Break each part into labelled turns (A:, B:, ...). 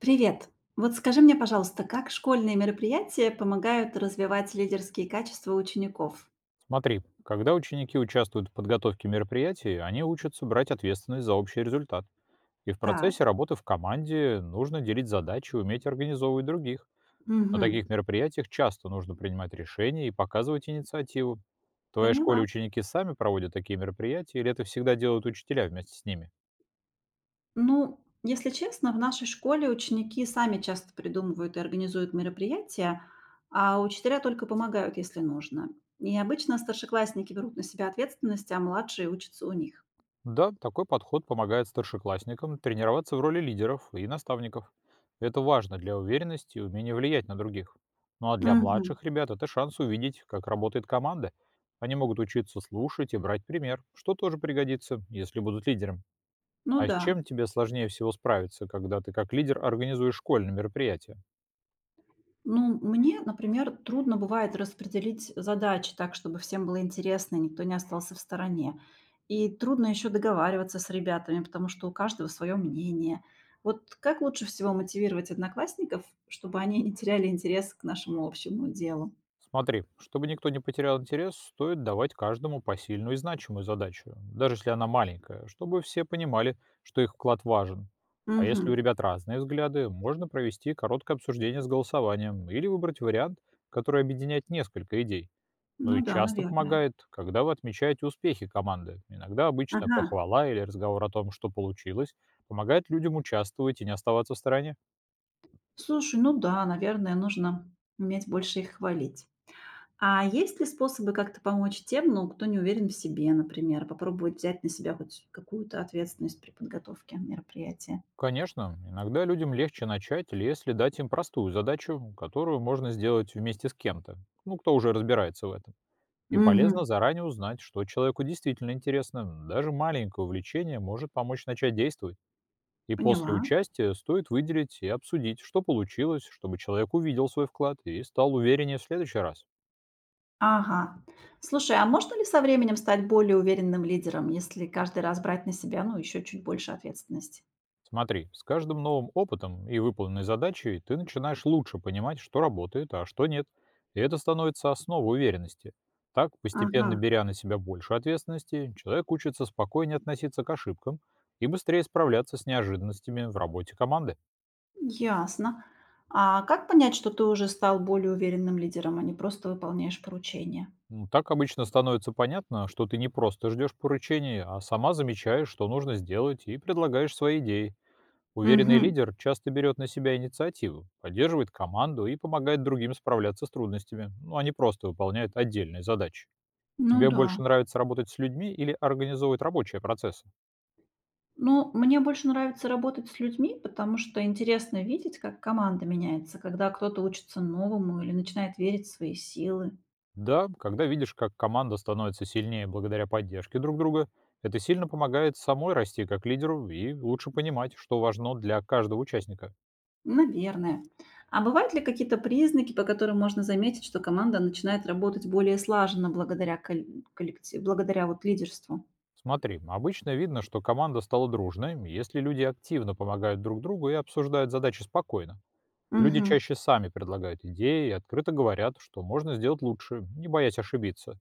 A: Привет! Вот скажи мне, пожалуйста, как школьные мероприятия помогают развивать лидерские качества учеников?
B: Смотри, когда ученики участвуют в подготовке мероприятий, они учатся брать ответственность за общий результат. И в
A: Так,
B: процессе работы в команде нужно делить задачи, уметь организовывать других. На
A: мгм,
B: таких мероприятиях часто нужно принимать решения и показывать инициативу. В твоей школе
A: поняла.
B: ученики сами проводят такие мероприятия, или это всегда делают учителя вместе с ними?
A: Ну, если честно, в нашей школе ученики сами часто придумывают и организуют мероприятия, а учителя только помогают, если нужно. И обычно старшеклассники берут на себя ответственность, а младшие учатся у них.
B: Да, такой подход помогает старшеклассникам тренироваться в роли лидеров и наставников. Это важно для уверенности и умения влиять на других. Ну а для
A: Мгм.
B: младших ребят это шанс увидеть, как работает команда. Они могут учиться слушать и брать пример, что тоже пригодится, если будут лидером.
A: Ну
B: А с
A: да.
B: чем тебе сложнее всего справиться, когда ты как лидер организуешь школьные мероприятия?
A: Ну, мне, например, трудно бывает распределить задачи так, чтобы всем было интересно, и никто не остался в стороне. И трудно еще договариваться с ребятами, потому что у каждого свое мнение. Вот как лучше всего мотивировать одноклассников, чтобы они не теряли интерес к нашему общему делу?
B: Смотри, чтобы никто не потерял интерес, стоит давать каждому посильную и значимую задачу, даже если она маленькая, чтобы все понимали, что их вклад важен. А если у
A: Мгм.
B: ребят разные взгляды, можно провести короткое обсуждение с голосованием или выбрать вариант, который объединяет несколько идей. Ну
A: Ну
B: и
A: да,
B: часто
A: наверное.
B: помогает, когда вы отмечаете успехи команды. Иногда обычная
A: Ага.
B: похвала или разговор о том, что получилось, помогает людям участвовать и не оставаться в стороне.
A: Слушай, ну да, наверное, нужно уметь больше их хвалить. А есть ли способы как-то помочь тем, ну, кто не уверен в себе, например, попробовать взять на себя хоть какую-то ответственность при подготовке мероприятия?
B: Конечно, иногда людям легче начать, если дать им простую задачу, которую можно сделать вместе с кем-то, ну, кто уже разбирается в этом. И
A: Мгм.
B: полезно заранее узнать, что человеку действительно интересно. Даже маленькое увлечение может помочь начать действовать. И после
A: Поняла.
B: участия стоит выделить и обсудить, что получилось, чтобы человек увидел свой вклад и стал увереннее в следующий раз.
A: Ага. Слушай, а можно ли со временем стать более уверенным лидером, если каждый раз брать на себя, ну, еще чуть больше ответственности?
B: Смотри, с каждым новым опытом и выполненной задачей ты начинаешь лучше понимать, что работает, а что нет. И это становится основой уверенности. Так,
A: Ага,
B: постепенно беря на себя больше ответственности, человек учится спокойнее относиться к ошибкам и быстрее справляться с неожиданностями в работе команды.
A: ясно. А как понять, что ты уже стал более уверенным лидером, а не просто выполняешь поручения?
B: Ну, так обычно становится понятно, что ты не просто ждешь поручения, а сама замечаешь, что нужно сделать, и предлагаешь свои идеи. Уверенный
A: Угу.
B: лидер часто берет на себя инициативу, поддерживает команду и помогает другим справляться с трудностями, ну, а не просто выполняет отдельные задачи.
A: Ну
B: Тебе
A: да.
B: больше нравится работать с людьми или организовывать рабочие процессы?
A: Ну, мне больше нравится работать с людьми, потому что интересно видеть, как команда меняется, когда кто-то учится новому или начинает верить в свои силы.
B: Да, когда видишь, как команда становится сильнее благодаря поддержке друг друга, это сильно помогает самой расти как лидеру и лучше понимать, что важно для каждого участника.
A: Наверное. А бывают ли какие-то признаки, по которым можно заметить, что команда начинает работать более слаженно благодаря коллективу, благодаря вот лидерству?
B: Смотри, обычно видно, что команда стала дружной, если люди активно помогают друг другу и обсуждают задачи спокойно. Люди
A: Угу.
B: чаще сами предлагают идеи и открыто говорят, что можно сделать лучше, не боясь ошибиться.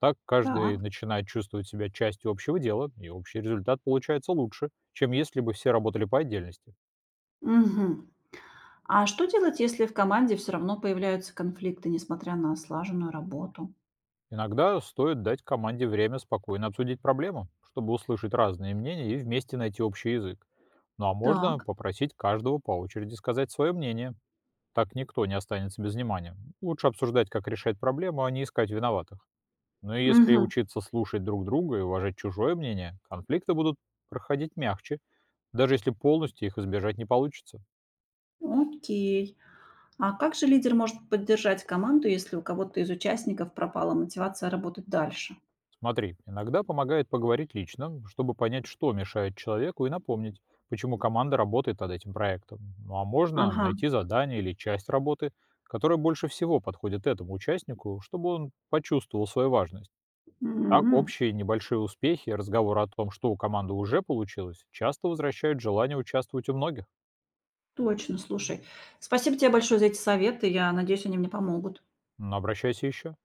B: Так каждый
A: Так.
B: начинает чувствовать себя частью общего дела, и общий результат получается лучше, чем если бы все работали по отдельности.
A: Угу. А что делать, если в команде все равно появляются конфликты, несмотря на слаженную работу?
B: Иногда стоит дать команде время спокойно обсудить проблему, чтобы услышать разные мнения и вместе найти общий язык. Ну а можно
A: Так.
B: попросить каждого по очереди сказать свое мнение. Так никто не останется без внимания. Лучше обсуждать, как решать проблему, а не искать виноватых. Но если
A: Угу.
B: учиться слушать друг друга и уважать чужое мнение, конфликты будут проходить мягче, даже если полностью их избежать не получится.
A: Окей. А как же лидер может поддержать команду, если у кого-то из участников пропала мотивация работать дальше?
B: Смотри, иногда помогает поговорить лично, чтобы понять, что мешает человеку, и напомнить, почему команда работает над этим проектом. Ну а можно
A: Ага,
B: найти задание или часть работы, которая больше всего подходит этому участнику, чтобы он почувствовал свою важность.
A: м,
B: Так
A: м,
B: общие небольшие успехи и разговоры о том, что у команды уже получилось, часто возвращают желание участвовать у многих.
A: точно, слушай. Спасибо тебе большое за эти советы. Я надеюсь, они мне помогут.
B: Но обращайся еще.